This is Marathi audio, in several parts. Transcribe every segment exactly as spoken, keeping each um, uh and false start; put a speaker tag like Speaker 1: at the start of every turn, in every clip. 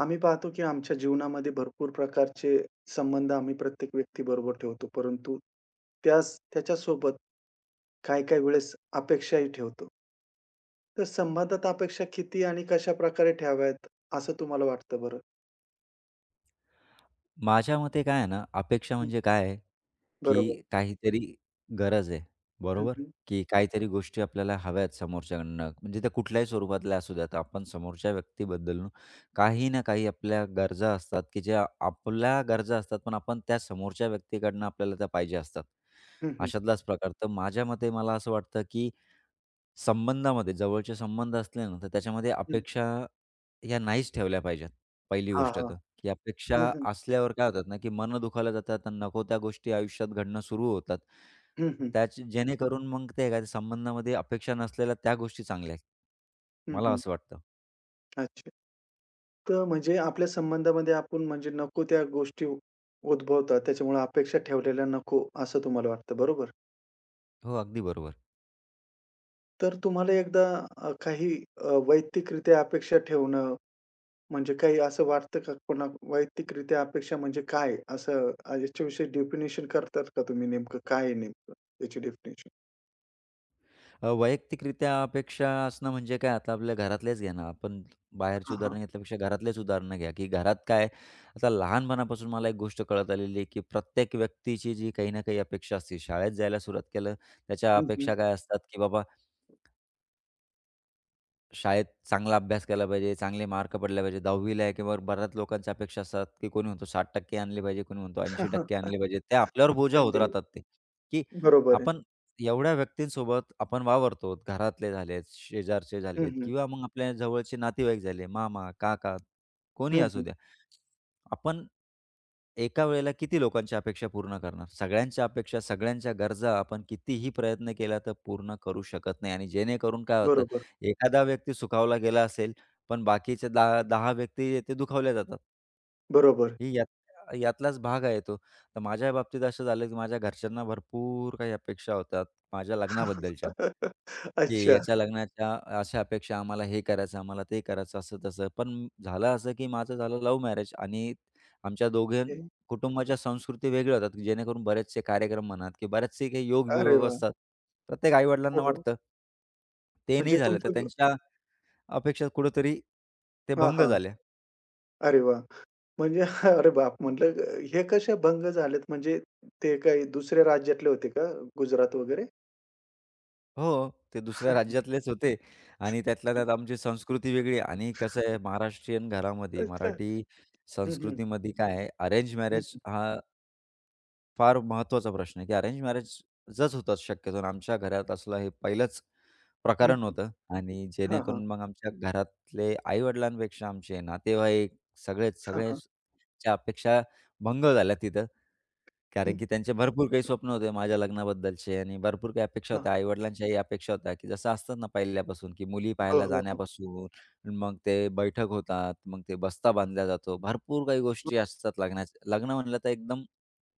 Speaker 1: आम्ही पाहतो की आमच्या जीवनामध्ये भरपूर प्रकारचे संबंध आम्ही प्रत्येक व्यक्तीबरोबर ठेवतो. परंतु त्यास त्याच्यासोबत काही-काही वेळेस अपेक्षाही ठेवतो. तर संबंधात अपेक्षा किती आणि कशाप्रकारे ठेवाव्यात, असं तुम्हाला वाटतं बरं?
Speaker 2: माझ्या मते काय आहे ना, अपेक्षा
Speaker 1: हं.
Speaker 2: म्हणजे काय आहे,
Speaker 1: बरोबर.
Speaker 2: की काहीतरी गरज आहे,
Speaker 1: हं,
Speaker 2: बरोबर?
Speaker 1: हं.
Speaker 2: की काहीतरी गोष्टी आपल्याला हव्या आहेत समोरच्याकडनं, म्हणजे त्या कुठल्याही स्वरूपातल्या असू द्यात. आपण समोरच्या व्यक्तीबद्दल काही ना काही आपल्या गरजा असतात, की ज्या आपल्या गरजा असतात, पण आपण त्या समोरच्या व्यक्तीकडनं आपल्याला त्या पाहिजे असतात.
Speaker 1: हं, हं.
Speaker 2: अशातलाच प्रकार. तर माझ्या मते मला असं वाटतं, की संबंधामध्ये जवळचे संबंध असले ना, तर त्याच्यामध्ये
Speaker 1: हं.
Speaker 2: अपेक्षा ह्या नाहीच ठेवल्या पाहिजेत, पहिली
Speaker 1: हां,
Speaker 2: गोष्ट
Speaker 1: हां.
Speaker 2: तर. की
Speaker 1: हं,
Speaker 2: अपेक्षा
Speaker 1: हं.
Speaker 2: असल्यावर काय होतात ना, की मनं दुखावल्या जातात आणि नको त्या गोष्टी आयुष्यात घडणं सुरू होतात.
Speaker 1: हं, हं.
Speaker 2: त्याच जेणेकरून मग ते काय संबंधामध्ये अपेक्षा नसलेल्या त्या गोष्टी चांगल्या आहेत.
Speaker 1: हं,
Speaker 2: मला
Speaker 1: हं.
Speaker 2: असं वाटतं.
Speaker 1: अच्छा. तर म्हणजे आपल्या संबंधामध्ये आपण म्हणजे नको त्या गोष्टी उद्भवतात. त्याच्यामुळे अपेक्षा ठेवलेल्या नको, असं तुम्हाला वाटतं. बरोबर?
Speaker 2: हो, अगदी बरोबर.
Speaker 1: तर तुम्हाला एकदा अ, काही अ, वैयक्तिकरित्या अपेक्षा ठेवणं, म्हणजे काही असं वाटतं का कोणा वैयक्तिकरित्या अपेक्षा म्हणजे काय? असं अ, याच्याविषयी डेफिनेशन करतात का तुम्ही नेमकं काय आहे नेमकं याची डेफिनेशन?
Speaker 2: अ, वैयक्तिकरित्या अपेक्षा असणं म्हणजे काय आता आपल्या घरातलेच घ्या ना, आपण बाहेरची
Speaker 1: हां, हां.
Speaker 2: उदाहरणं घेतल्यापेक्षा घरातलेच उदाहरणं घ्या, की घरात काय आता लहानपणापासून मला एक गोष्ट कळत आलेली आहे, की प्रत्येक व्यक्तीची जी काही ना काही अपेक्षा असते. शाळेत जायला सुरुवात केलं, त्याच्या
Speaker 1: हं, हं.
Speaker 2: अपेक्षा काय असतात, की बाबा शाळेत चांगला अभ्यास केला पाहिजे, चांगले मार्क पडले पाहिजे. दहावी ला आहे किंवा बऱ्याच लोकांच्या अपेक्षा असतात, की कोणी म्हणतो साठ टक्के आणले पाहिजे, कोणी म्हणतो ऐंशी टक्के आणले पाहिजे. ते आपल्यावर बोजा होत
Speaker 1: अगदी
Speaker 2: राहतात ते, की
Speaker 1: बरोबर आहे.
Speaker 2: आपण एवढ्या व्यक्तींसोबत आपण वावरतो. घरातले झालेत, शेजारचे
Speaker 1: हं,
Speaker 2: झालेत
Speaker 1: हं.
Speaker 2: किंवा मग आपल्या जवळचे नातेवाईक झाले, मामा, काका कोणीही
Speaker 1: हं,
Speaker 2: असू
Speaker 1: हं.
Speaker 2: द्या. आपण एका वेळेला किती लोकांच्या अपेक्षा पूर्ण करणार? सगळ्यांच्या अपेक्षा, सगळ्यांच्या गरजा आपण कितीही प्रयत्न केला तर पूर्ण करू शकत नाही आणि जेणेकरून काय होतं
Speaker 1: बरोबर,
Speaker 2: एखादा व्यक्ती सुखावला गेला असेल, पण बाकीचे दहा दहा व्यक्ती ते दुखावल्या जातात.
Speaker 1: बरोबर.
Speaker 2: ही यात यातलाच भाग आहे तो. तर माझ्या बाबतीत असं झालं, की माझ्या घरच्यांना भरपूर काही अपेक्षा होत्या माझ्या लग्नाबद्दलच्या, की
Speaker 1: अच्छा.
Speaker 2: याच्या लग्नाच्या अशा अपेक्षा, आम्हाला हे करायचं, आम्हाला ते करायचं, असं-तसं. पण झालं असं, की माझं झालं लव्ह मॅरेज आणि आमच्या दोघे कुटुंबाच्या संस्कृती वेगळ्या होतात, की जेणेकरून बरेचसे कार्यक्रम म्हणा की बरेचसे काही
Speaker 1: अरे
Speaker 2: योग-वियोग
Speaker 1: वाह!
Speaker 2: असतात. प्रत्येक
Speaker 1: हो,
Speaker 2: आई-वडिलांना
Speaker 1: हो.
Speaker 2: वाटतं. ते नाही
Speaker 1: म्हणजे
Speaker 2: झालं, तर
Speaker 1: तुमचं
Speaker 2: त्यांच्या अपेक्षा कुठेतरी ते
Speaker 1: हां,
Speaker 2: भंग
Speaker 1: हां.
Speaker 2: झाल्या.
Speaker 1: अरे वाह! म्हणजे अरे बाप! म्हटलं हे कसे भंग झालेत म्हणजे ते काही दुसऱ्या राज्यातले होते का? गुजरात वगैरे?
Speaker 2: हो, ते दुसऱ्या राज्यातलेच होते आणि त्यातल्या त्यात आमची संस्कृती वेगळी आणि कसं आहे महाराष्ट्रीयन घरामध्ये,
Speaker 1: अच्छा.
Speaker 2: मराठी
Speaker 1: हं, हं.
Speaker 2: संस्कृतीमध्ये काय आहे अरेंज
Speaker 1: हं,
Speaker 2: मॅरेज
Speaker 1: हं.
Speaker 2: हा फार महत्त्वाचा प्रश्न आहे, की अरेंज मॅरेजच होतं शक्यतो आणि आमच्या घरात असलं हे पहिलंच
Speaker 1: हं,
Speaker 2: प्रकरण
Speaker 1: हं.
Speaker 2: होतं आणि
Speaker 1: हां, हां.
Speaker 2: जेणेकरून मग आमच्या घरातले आई-वडिलांपेक्षा आमचे नातेवाईक सगळेच
Speaker 1: हां, हां.
Speaker 2: सगळेच्या अपेक्षा भंग झाल्या तिथं. कारण की त्यांचे भरपूर काही स्वप्न होते माझ्या लग्नाबद्दलचे आणि भरपूर काही अपेक्षा होत्या. आई-वडिलांच्याही अपेक्षा होत्या, की जसं असतात ना पहिल्यापासून, की मुली
Speaker 1: हो,
Speaker 2: पाहायला
Speaker 1: हो, हो.
Speaker 2: जाण्यापासून, मग ते बैठक होतात, मग ते बस्ता बांधला जातो. भरपूर काही गोष्टी असतात लग्नाच्या. लग्न म्हणलं तर एकदम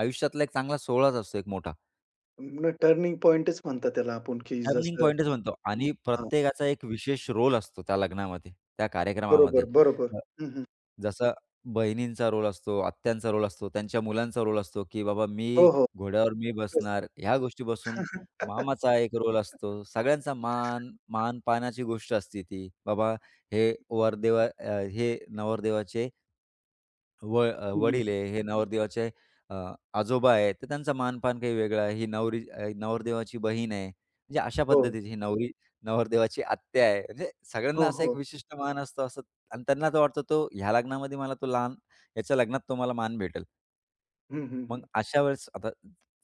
Speaker 2: आयुष्यातला एक चांगला सोहळाच असतो एक मोठा.
Speaker 1: टर्निंग पॉइंटच म्हणतात त्याला आपण, की
Speaker 2: टर्निंग
Speaker 1: जसं
Speaker 2: पॉइंटच म्हणतो आणि
Speaker 1: हां.
Speaker 2: प्रत्येकाचा एक विशेष रोल असतो त्या लग्नामध्ये, त्या
Speaker 1: बरोबर,
Speaker 2: कार्यक्रमामध्ये.
Speaker 1: बरोबर.
Speaker 2: अ,
Speaker 1: हं, हं.
Speaker 2: जसा बहिणींचा रोल असतो, आत्यांचा रोल असतो, त्यांच्या मुलांचा रोल असतो, की बाबा मी
Speaker 1: हो, हो.
Speaker 2: घोड्यावर मी बसणार, ह्या गोष्टीपासून
Speaker 1: तेच.
Speaker 2: मामाचा एक रोल असतो. सगळ्यांचा मान, मान-पानाची गोष्ट असते ती. बाबा हे वरदेवा अ, हे नवरदेवाचे व अ,
Speaker 1: हं,
Speaker 2: वडील आहे, हे नवरदेवाचे अ, आजोबा आहेत, तर त्यांचा मान काही वेगळा आहे. ही नवरी अ, नवरदेवाची बहीण आहे. म्हणजे अशा
Speaker 1: हो.
Speaker 2: पद्धतीची ही नवरी नवरदेवाची आत्या आहे. म्हणजे सगळ्यांना
Speaker 1: हो,
Speaker 2: असा एक
Speaker 1: हो.
Speaker 2: विशिष्ट मान असतो असं आणि त्यांना तो वाटतो तो ह्या लग्नामध्ये मला तो लहान याच्या लग्नात तो मला मान भेटेल.
Speaker 1: हं, हं,
Speaker 2: मग
Speaker 1: हं.
Speaker 2: अशा वेळेस आता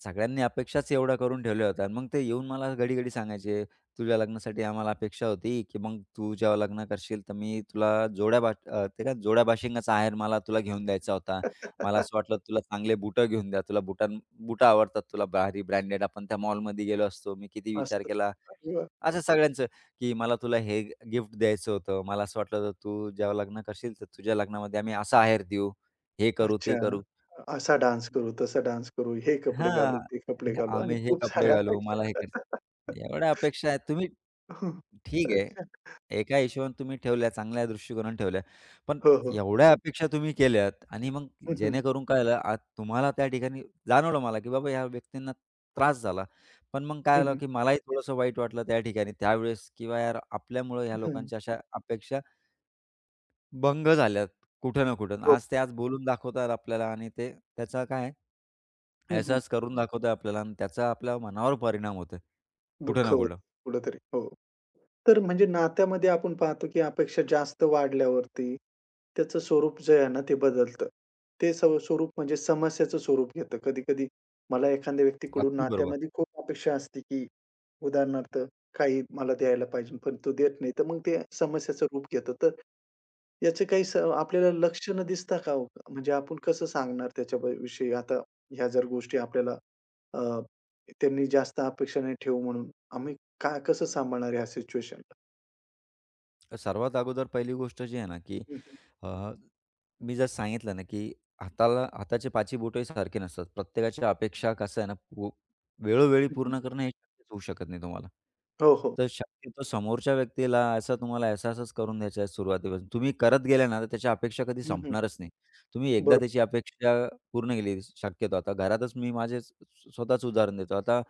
Speaker 2: सगळ्यांनी अपेक्षाच एवढ्या करून ठेवल्या होत्या आणि मग ते येऊन मला घडी-घडी सांगायचे, "तुझ्या लग्नासाठी आम्हाला अपेक्षा होती, की मग तू जेव्हा लग्न करशील तर मी तुला जोड्या बा अ, ते काय जोड्या बाशिंगाचा आहेर मला तुला घेऊन द्यायचा होता. मला असं वाटलं तुला चांगले बुटं घेऊन द्या. तुला बुटां बुटं आवडतात तुला भारी ब्रँडेड. आपण त्या मॉलमध्ये गेलो असतो. मी किती विचार
Speaker 1: मस्त.
Speaker 2: केला." असं सगळ्यांचं, की मला तुला हे गिफ्ट द्यायचं होतं. मला असं वाटलं होतं तू जेव्हा लग्न करशील तर तुझ्या लग्नामध्ये आम्ही असा आहेर देऊ. हे करू,
Speaker 1: अच्छा.
Speaker 2: ते करू.
Speaker 1: असा डान्स करू, तसा डान्स करू, हे कपडे घालू,
Speaker 2: हां.
Speaker 1: ते कपडे
Speaker 2: हे
Speaker 1: घालू आणि
Speaker 2: आम्ही हे
Speaker 1: खूप
Speaker 2: कपडे
Speaker 1: साऱ्या
Speaker 2: घालू, मला हे
Speaker 1: अपेक्षा.
Speaker 2: कर एवढ्या अपेक्षा आहेत. तुम्ही
Speaker 1: हो.
Speaker 2: ठीक आहे,
Speaker 1: अच्छा.
Speaker 2: एका हिशोबाने तुम्ही ठेवल्या, चांगल्या दृष्टिकोनाने ठेवल्या. पण
Speaker 1: हो, हो.
Speaker 2: एवढ्या अपेक्षा तुम्ही केल्यात आणि मग
Speaker 1: हं, हं.
Speaker 2: जेणेकरून काय झालं, आज तुम्हाला त्या ठिकाणी जाणवलं मला, की बाबा ह्या व्यक्तींना त्रास झाला. पण मग काय
Speaker 1: हं,
Speaker 2: झालं,
Speaker 1: हं.
Speaker 2: की मलाही थोडंसं वाईट वाटलं त्या ठिकाणी त्यावेळेस, किंवा यार आपल्यामुळं ह्या
Speaker 1: हं.
Speaker 2: लोकांच्या अशा अपेक्षा भंग झाल्यात कुठं ना कुठं.
Speaker 1: हो.
Speaker 2: आज ते आज बोलून दाखवतात आपल्याला आणि ते त्याचा काय आहे
Speaker 1: हं, हं.
Speaker 2: अहसास करून दाखवतोय आपल्याला आणि त्याचा आपल्या मनावर परिणाम होतोय. कुठे
Speaker 1: दुःख
Speaker 2: ना
Speaker 1: होतं
Speaker 2: कुठं.
Speaker 1: कुठेतरी. हो. तर म्हणजे नात्यामध्ये आपण पाहतो, की अपेक्षा जास्त वाढल्यावरती त्याचं स्वरूप जे आहे ना, ते बदलतं. ते स्व स्वरूप म्हणजे समस्याचं स्वरूप घेतं. कधी-कधी मला एखाद्या व्यक्तीकडून
Speaker 2: अगदी बरोबर.
Speaker 1: नात्यामध्ये खूप अपेक्षा असते, की उदाहरणार्थ काही मला द्यायला पाहिजे, पण तो देत नाही. तर मग ते समस्याचं रूप घेतं. तर याचे काही स आपल्याला लक्षणं दिसता का हो? म्हणजे आपण कसं सांगणार त्याच्याविषयी? आता ह्या जर गोष्टी आपल्याला अ, त्यांनी जास्त अपेक्षा नाही ठेवू म्हणून, आम्ही काय कसं सांभाळणार ह्या सिच्युएशनला?
Speaker 2: तर सर्वात अगोदर पहिली गोष्ट जी आहे ना, की
Speaker 1: हं, हं.
Speaker 2: अ, मी जर सांगितलं ना, की हाताला हाताचे पाचही बोटंही सारखे नसतात. प्रत्येकाच्या अपेक्षा कसं आहे ना, पू वेळोवेळी
Speaker 1: हं, हं.
Speaker 2: पूर्ण करणं हे शक्यच होऊ शकत नाही तुम्हाला.
Speaker 1: हो, हो.
Speaker 2: तर शक्यतो समोरच्या व्यक्तीला असा तुम्हाला असा-असाच करून द्यायचा आहे सुरुवातीपासून. तुम्ही करत गेले ना, तर त्याच्या अपेक्षा कधी
Speaker 1: हं, हं.
Speaker 2: संपणारच नाही. तुम्ही एकदा
Speaker 1: बरोबर.
Speaker 2: त्याची अपेक्षा पूर्ण केली शक्यतो आता घरातच मी माझे स्व स्वतःच उदाहरण देतो आता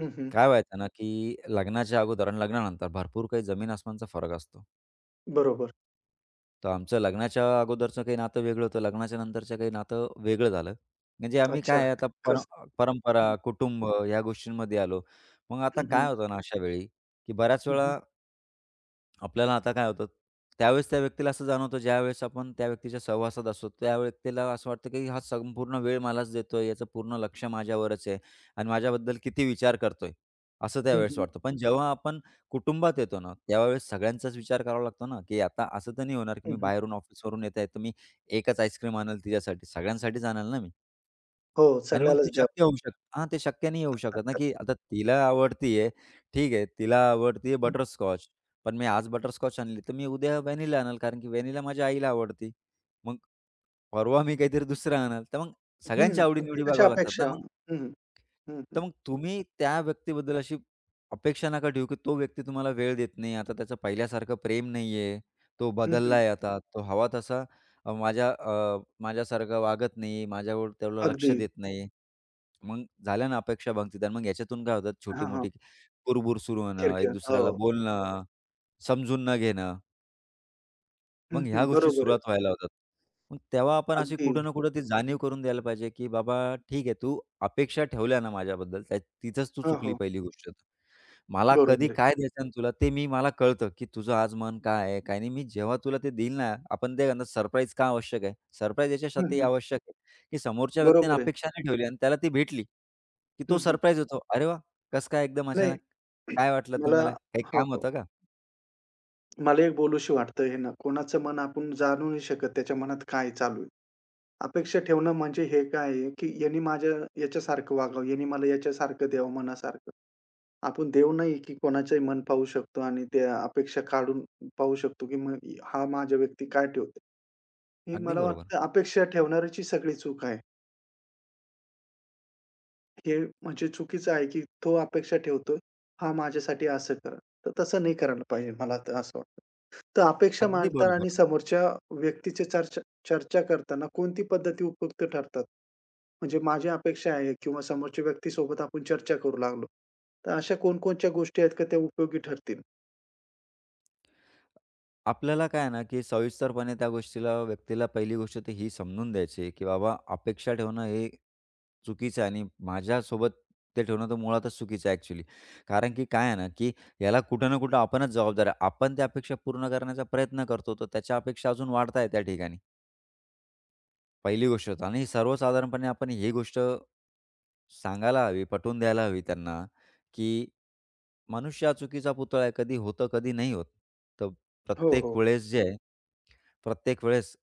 Speaker 1: हं, हं.
Speaker 2: काय व्हायचं ना, की लग्नाच्या अगोदर आणि लग्नानंतर भरपूर काही जमीन-आसमानचा फरक असतो.
Speaker 1: बरोबर.
Speaker 2: तर आमचं लग्नाच्या अगोदरचं काही नातं वेगळं होतं. लग्नाच्या नंतरचं काही नातं वेगळं झालं. म्हणजे आम्ही
Speaker 1: अच्छा.
Speaker 2: काय आहे आता पर
Speaker 1: कसं हं,
Speaker 2: परंपरा, कुटुंब या गोष्टींमध्ये आलो. मग आता
Speaker 1: हं.
Speaker 2: काय होतं ना अशा वेळी, की बऱ्याच
Speaker 1: हं, हं.
Speaker 2: वेळा आपल्याला आता काय होतं, त्यावेळेस त्या व्यक्तीला असं जाणवतं, ज्यावेळेस आपण त्या व्यक्तीच्या सहवासात असतो, त्या व्यक्तीला असं वाटतं, की हा संपूर्ण वेळ मलाच देतोय, याचं पूर्ण लक्ष माझ्यावरच आहे आणि माझ्याबद्दल किती विचार करतोय, असं
Speaker 1: हं,
Speaker 2: त्यावेळेस
Speaker 1: हं.
Speaker 2: वाटतं. पण जेव्हा आपण कुटुंबात येतो ना, त्यावेळेस सगळ्यांचाच विचार करावा लागतो ना, की आता असं तर नाही होणार, की
Speaker 1: हं,
Speaker 2: मी
Speaker 1: हं.
Speaker 2: बाहेरून ऑफिसवरून येत आहे, तर मी एकच आईस्क्रीम आणेल तिच्यासाठी, सगळ्यांसाठीच आणेल ना मी.
Speaker 1: हो,
Speaker 2: आणि मग ते
Speaker 1: सगळ्यालाच द्यावं.
Speaker 2: शक्य होऊ शकत हां, ते शक्य नाही होऊ शकत ना, की आता तिला आवडतीये, ठीक आहे, तिला आवडतीये
Speaker 1: हं.
Speaker 2: बटरस्कॉच. पण मी आज बटरस्कॉच आणली, तर मी उद्या व्हॅनिला आणल, कारण की व्हॅनिला माझ्या आईला आवडती. मग परवा मी काहीतरी दुसरं आणलं, तर मग
Speaker 1: हं,
Speaker 2: सगळ्यांच्या आवडी-निवडी हं.
Speaker 1: प्रत्येकाच्या
Speaker 2: बघाव्या लागतात ना
Speaker 1: अपेक्षा
Speaker 2: मग.
Speaker 1: हं, हं. हं, हं.
Speaker 2: तर मग तुम्ही त्या व्यक्तीबद्दल अशी अपेक्षा नका ठेवू, की तो व्यक्ती तुम्हाला वेळ देत नाही. आता त्याचं पहिल्यासारखं प्रेम नाहीये. तो
Speaker 1: हं, हं.
Speaker 2: बदललाय आता. तो हवा तसा अ, माझ्या अ, माझ्यासारखा वागत नाही. माझ्यावर तेवढं लक्ष
Speaker 1: अगदी.
Speaker 2: देत नाही. मग झाल्या ना अपेक्षा भंगतीत आणि मग याच्यातून काय होतात
Speaker 1: हां, हां.
Speaker 2: छोटी-मोठी कुरबुर सुरू होणं,
Speaker 1: किरकिर.
Speaker 2: एक दुसऱ्याला
Speaker 1: हो.
Speaker 2: बोलणं, समजून न घेणं.
Speaker 1: हं,
Speaker 2: मग
Speaker 1: हं.
Speaker 2: ह्या गोष्टी
Speaker 1: बरोबर आहे.
Speaker 2: सुरुवात व्हायला होतात. मग तेव्हा आपण अशी
Speaker 1: अगदी.
Speaker 2: कुठं ना कुठं ती जाणीव करून द्यायला पाहिजे, की बाबा ठीक आहे, तू अपेक्षा ठेवल्या ना माझ्याबद्दल, त्या तिथंच तू
Speaker 1: हो,
Speaker 2: चुकली
Speaker 1: हो.
Speaker 2: पहिली गोष्ट तर. मला कधी
Speaker 1: बरोबर आहे.
Speaker 2: काय द्यायचं आहे तुला ते मी मला कळतं, की तुझं आज मन काय आहे, काय नाही. मी जेव्हा तुला ते देईल ना, आपण ते म्हणतात सरप्राईज का आवश्यक आहे? सरप्राईज
Speaker 1: हं,
Speaker 2: याच्यासाठी
Speaker 1: हं.
Speaker 2: आवश्यक आहे, की समोरच्या व्यक्तीने
Speaker 1: बरोबर आहे.
Speaker 2: अपेक्षा नाही ठेवली आणि त्याला ती भेटली, की तो
Speaker 1: हं, हं.
Speaker 2: सरप्राईज होतो. "अरे वाह! कसं काय एकदम
Speaker 1: नाही
Speaker 2: अचानक? काय वाटलं
Speaker 1: मला
Speaker 2: तुम्हाला? काही
Speaker 1: हो,
Speaker 2: काम
Speaker 1: हो.
Speaker 2: होतं का?"
Speaker 1: मला एक बोलूशी वाटतं हे ना, कोणाचं मन आपण जाणू नाही शकत त्याच्या मनात काय चालू आहे. अपेक्षा ठेवणं म्हणजे हे काय आहे, की याने माझ्या याच्यासारखं वागावं, याने मला याच्यासारखं द्यावं मनासारखं. आपण देव नाही, की कोणाचंही मन पाहू शकतो आणि त्या अपेक्षा काढून पाहू शकतो, की मग हा माझ्या व्यक्ती काय ठेवतो. हे
Speaker 2: अगदी
Speaker 1: मला
Speaker 2: बरोबर.
Speaker 1: वाटतं अपेक्षा ठेवणाऱ्याची सगळी चूक आहे. हे म्हणजे चुकीचं आहे, की तो अपेक्षा ठेवतोय, हा माझ्यासाठी असं करेल. तर तसं नाही करायला पाहिजे, मला तर असं वाटतं. तर अपेक्षा
Speaker 2: अगदी
Speaker 1: मांडताना
Speaker 2: बरोबर.
Speaker 1: आणि समोरच्या व्यक्तीची चर्चा चर्चा करताना कोणती पद्धती उपयुक्त ठरतात? म्हणजे माझी अपेक्षा आहे किंवा समोरच्या व्यक्तीसोबत आपण चर्चा करू लागलो, तर अशा कोणकोणत्या गोष्टी आहेत का त्या उपयोगी ठरतील?
Speaker 2: आपल्याला काय आहे ना, की सविस्तरपणे त्या गोष्टीला व्यक्तीला पहिली गोष्ट तर ही समजून द्यायची आहे, की बाबा अपेक्षा ठेवणं हे चुकीचं आहे आणि माझ्यासोबत ते ठेवणं तर मुळातच चुकीचं आहे ॲक्च्युली. कारण की काय आहे ना, की याला कुठं ना कुठं आपणच जबाबदार आहे. आपण त्या अपेक्षा पूर्ण करण्याचा प्रयत्न करतो, तर त्याच्या अपेक्षा अजून वाढताय त्या ठिकाणी. पहिली गोष्ट होतं आणि सर्वसाधारणपणे आपण ही गोष्ट सांगायला हवी, पटवून द्यायला हवी त्यांना, की मनुष्य हा चुकीचा पुतळा आहे. कधी होतं, कधी नाही होत. तर
Speaker 1: हो,
Speaker 2: प्रत्येक
Speaker 1: हो.
Speaker 2: वेळेस जे आहे प्रत्येक वेळेस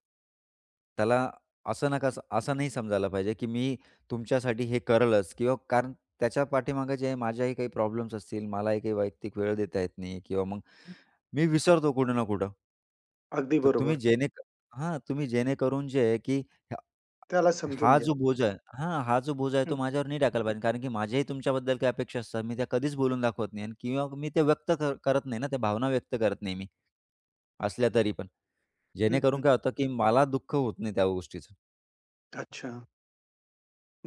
Speaker 2: त्याला असं नका असं नाही समजायला पाहिजे, की मी तुमच्यासाठी हे करलच किंवा कारण त्याच्या पाठीमागे जे माझ्याही काही प्रॉब्लेम्स असतील, मलाही काही वैयक्तिक वेळ देता येत नाही किंवा मग मी विसरतो कुठं ना कुठं.
Speaker 1: अगदी
Speaker 2: तर तुम्ही
Speaker 1: बरोबर.
Speaker 2: जेणे हां, तुम्ही जेणेकरून जे आहे, की हा
Speaker 1: त्याला
Speaker 2: हा
Speaker 1: समजून घ्या.
Speaker 2: जो बोजा आहे हां, हा जो बोजा आहे तो
Speaker 1: हं,
Speaker 2: माझ्यावर नाही टाकायला पाहिजे. कारण की माझ्याही तुमच्याबद्दल काही अपेक्षा असतात. मी त्या कधीच बोलून दाखवत नाही आणि किंवा मी ते व्यक्त कर करत नाही ना, त्या भावना व्यक्त करत नाही मी असल्या तरी पण.
Speaker 1: हं,
Speaker 2: जेणेकरून
Speaker 1: हं.
Speaker 2: काय होतं, की मला दुःख होत नाही त्या गोष्टीचं.
Speaker 1: अच्छा,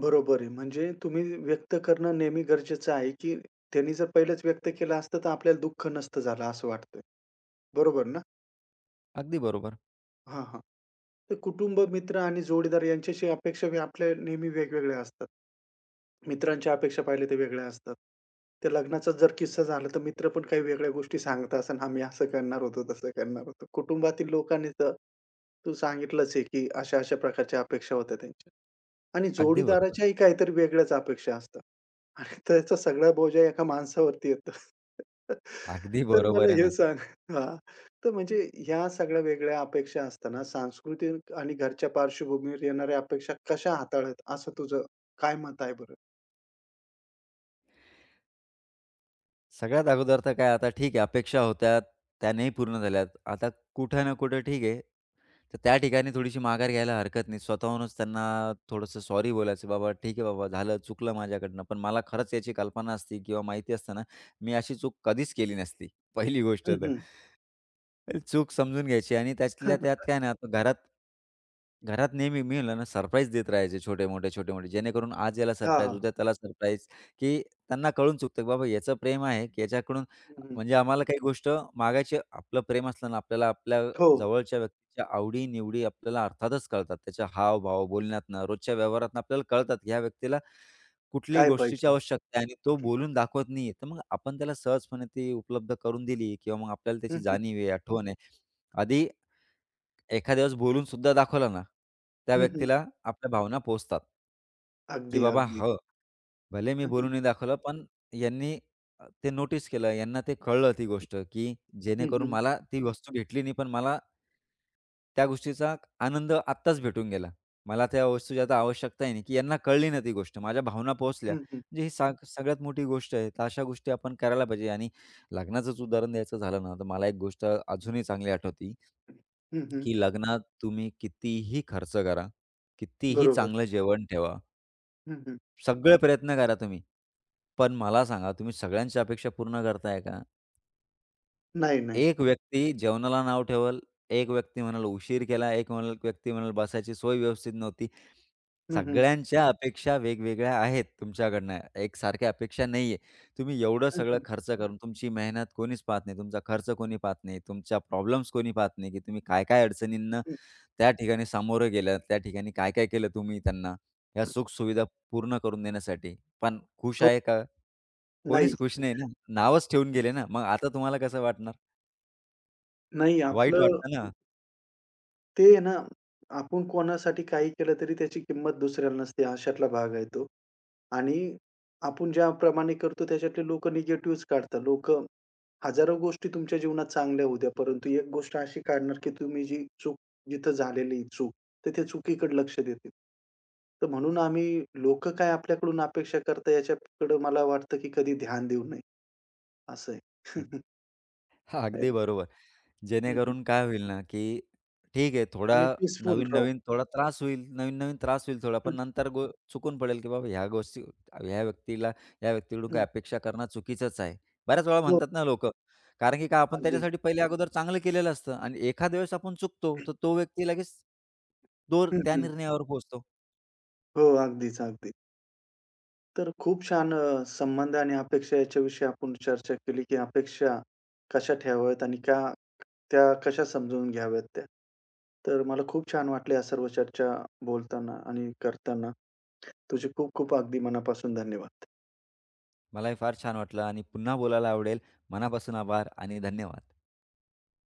Speaker 1: बरोबर आहे. म्हणजे तुम्ही व्यक्त करणं नेहमी गरजेचं आहे, की त्यांनी जर पहिलेच व्यक्त केलं असतं, तर आपल्याला दुःख नसतं झालं असं वाटतंय. बरोबर ना?
Speaker 2: अगदी बरोबर,
Speaker 1: हां, हां. तर कुटुंब, मित्र आणि जोडीदार यांच्याशी अपेक्षा बी आपल्या नेहमी वेगवेगळ्या असतात. मित्रांच्या अपेक्षा पाहिल्या तर वेगळ्या असतात. त्या लग्नाचा जर किस्सा झाला तर मित्र पण काही वेगळ्या गोष्टी सांगत असन, आम्ही असं करणार होतो, तसं करणार होतो. कुटुंबातील लोकांनी तर तू सांगितलंच आहे, की अशा-अशा प्रकारच्या अपेक्षा होत्या त्यांच्या. आणि
Speaker 2: अगदी बरोबर,
Speaker 1: जोडीदाराच्याही काहीतरी वेगळ्याच अपेक्षा असतात. आणि त्याचा सगळा बोजा एका माणसावरती येतो.
Speaker 2: अगदी
Speaker 1: तर मला
Speaker 2: बरोबर आहे
Speaker 1: हे
Speaker 2: ना.
Speaker 1: सांग हां. तर म्हणजे ह्या सगळ्या वेगळ्या अपेक्षा असताना सांस्कृतिक आणि घरच्या पार्श्वभूमीवर येणाऱ्या अपेक्षा कशा हाताळत असं तुझं काय मत आहे बरं?
Speaker 2: सगळ्यात अगोदर तर काय आता ठीक आहे अपेक्षा होत्या, त्या नाही पूर्ण झाल्यात. आता कुठे ना कुठे ठीक आहे, तर त्या ठिकाणी थोडीशी माघार घ्यायला हरकत नाही. स्वतःहूनच त्यांना थोडंसं सॉरी बोलायचं, "बाबा ठीक आहे बाबा, झालं, चुकलं माझ्याकडनं, पण मला खरंच याची कल्पना असती किंवा माहिती असतं मी अशी चूक कधीच केली नसती." पहिली गोष्ट
Speaker 1: हं,
Speaker 2: तर.
Speaker 1: हं.
Speaker 2: चूक समजून घ्यायची आणि त्यातल्या त्यात काय ना, आता घरात घरात नेहमी मी म्हणलं ना, सरप्राईज देत राहायचे छोटे-मोठे, छोटे-मोठे. जेणेकरून आज याला
Speaker 1: हां,
Speaker 2: सरप्राईज,
Speaker 1: हां.
Speaker 2: उद्या त्याला सरप्राईज, की त्यांना कळून चुकतं, की बाबा याचं प्रेम आहे, की याच्याकडून
Speaker 1: हं, हं.
Speaker 2: म्हणजे आम्हाला काही गोष्ट मागायची आपलं प्रेम असलं ना, आपल्याला आपल्या
Speaker 1: हो.
Speaker 2: जवळच्या व्यक्तीच्या आवडी-निवडी आपल्याला अर्थातच कळतात. त्याच्या हावभाव, बोलण्यातनं, रोजच्या व्यवहारातनं आपल्याला कळतात, की ह्या व्यक्तीला कुठलीही
Speaker 1: काय
Speaker 2: गोष्टीची
Speaker 1: पाहिजे?
Speaker 2: आवश्यकता आहे आणि तो बोलून दाखवत नाहीये, तर मग आपण त्याला सहजपणे ती उपलब्ध करून दिली किंवा मग आपल्याला
Speaker 1: हं,
Speaker 2: त्याची
Speaker 1: हं.
Speaker 2: जाणीव आहे, आठवण आहे. आधी एखाद्या वेळेस बोलून सुद्धा दाखवला ना, त्या
Speaker 1: हं, हं.
Speaker 2: व्यक्तीला आपल्या भावना पोहोचतात, की
Speaker 1: अगदी,
Speaker 2: बाबा
Speaker 1: अगदी.
Speaker 2: हो, भले मी
Speaker 1: हं, हं.
Speaker 2: बोलून नाही दाखवलं, पण यांनी अ, ते नोटीस केलं, यांना ते कळलं ती गोष्ट, की
Speaker 1: हं,
Speaker 2: जेणेकरून
Speaker 1: हं.
Speaker 2: मला ती वस्तू भेटली नाही, पण मला त्या गोष्टीचा आनंद आत्ताच भेटून गेला. मला त्या वस्तूची आता आवश्यकता आहे नाही, की यांना कळली ना ती गोष्ट. माझ्या भावना पोहोचल्या.
Speaker 1: हं, हं.
Speaker 2: म्हणजे ही साग सगळ्यात मोठी गोष्ट आहे. तर अशा गोष्टी आपण करायला पाहिजे आणि लग्नाचंच उदाहरण द्यायचं झालं ना, तर मला एक गोष्ट अजूनही चांगली आठवते, की लग्नात तुम्ही कितीही खर्च करा, कितीही
Speaker 1: बरोबर.
Speaker 2: चांगलं जेवण ठेवा,
Speaker 1: हं, हं.
Speaker 2: सगळे प्रयत्न करा तुम्ही. पण मला सांगा, तुम्ही सगळ्यांच्या अपेक्षा पूर्ण करताय का?
Speaker 1: नाही, नाही.
Speaker 2: एक व्यक्ती जेवणाला नाव ठेवल, एक व्यक्ती म्हणाल उशीर केला, एक म्हणाल व्यक्ती म्हणाल बसायची सोय व्यवस्थित नव्हती.
Speaker 1: हं, हं.
Speaker 2: सगळ्यांच्या अपेक्षा वेगवेगळ्या आहेत तुमच्याकडनं. एकसारख्या अपेक्षा नाहीये. तुम्ही एवढं
Speaker 1: हं,
Speaker 2: सगळं
Speaker 1: हं.
Speaker 2: खर्च करून तुमची मेहनत कोणीच पाहत नाही, तुमचा खर्च कोणी पाहत नाही, तुमच्या प्रॉब्लेम्स कोणी पाहत नाही, की तुम्ही काय-काय अडचणींना त्या ठिकाणी सामोरं गेलात, त्या ठिकाणी काय-काय केलं तुम्ही त्यांना, ह्या सुखसुविधा पूर्ण करून देण्यासाठी. पण खुश
Speaker 1: हो,
Speaker 2: आहे का?
Speaker 1: नाही.
Speaker 2: कोणीच खुश नाही ना. नावच ठेवून गेले ना. मग आता तुम्हाला कसं वाटणार?
Speaker 1: नाही,
Speaker 2: वाईट
Speaker 1: आपलं
Speaker 2: वाटतं ना.
Speaker 1: ते आहे ना, आपण कोणासाठी काही केलं तरी त्याची किंमत दुसऱ्याला नसते, अशातला भाग आहे तो. आणि आपण ज्याप्रमाणे करतो त्याच्यातले लोक निगेटिव्हच काढतात. लोकं हजारो गोष्टी तुमच्या जीवनात चांगल्या होऊ द्या, परंतु एक गोष्ट अशी काढणार, की तुम्ही जी चूक जिथं झालेली चूक, तर त्या चुकीकडे लक्ष देतील. तर म्हणून आम्ही लोकं काय आपल्याकडून अपेक्षा करतात याच्याकडे मला वाटतं, की कधी ध्यान देऊ नये, असं आहे.
Speaker 2: हां,
Speaker 1: आहे
Speaker 2: अगदी
Speaker 1: ना.
Speaker 2: बरोबर.
Speaker 1: हं,
Speaker 2: जेणेकरून काय होईल ना, की ठीक आहे थोडा
Speaker 1: आम्ही पीसफुल राहू.
Speaker 2: नवीन-नवीन थोडा त्रास होईल, नवीन-नवीन त्रास होईल थोडा, पण नंतर गो चुकून पडेल, की बाबा ह्या गोष्टी ह्या व्यक्तीला ह्या व्यक्तीकडून काही
Speaker 1: हं.
Speaker 2: अपेक्षा करणं चुकीचंच आहे. बऱ्याच वेळा
Speaker 1: हो,
Speaker 2: म्हणतात ना लोकं, कारण की काय आपण
Speaker 1: अगदी.
Speaker 2: त्याच्यासाठी पहिले अगोदर चांगलं केलेलं असतं आणि एखाद्या वेळेस आपण चुकतो, तर तो व्यक्ती लगेच तो
Speaker 1: हं,
Speaker 2: त्या
Speaker 1: हं.
Speaker 2: निर्णयावर पोहोचतो.
Speaker 1: हो, अगदीच, अगदी. तर खूप छान अ, संबंध आणि अपेक्षा याच्याविषयी आपण चर्चा केली, की अपेक्षा कशा ठेवाव्यात आणि का त्या कशा समजून घ्याव्यात त्या. तर मला खूप छान वाटलं या सर्व चर्चा बोलताना आणि करताना. तुझे खूप खूप अगदी मनापासून धन्यवाद.
Speaker 2: मलाही फार छान वाटलं आणि पुन्हा बोलायला आवडेल. मनापासून आभार आणि धन्यवाद.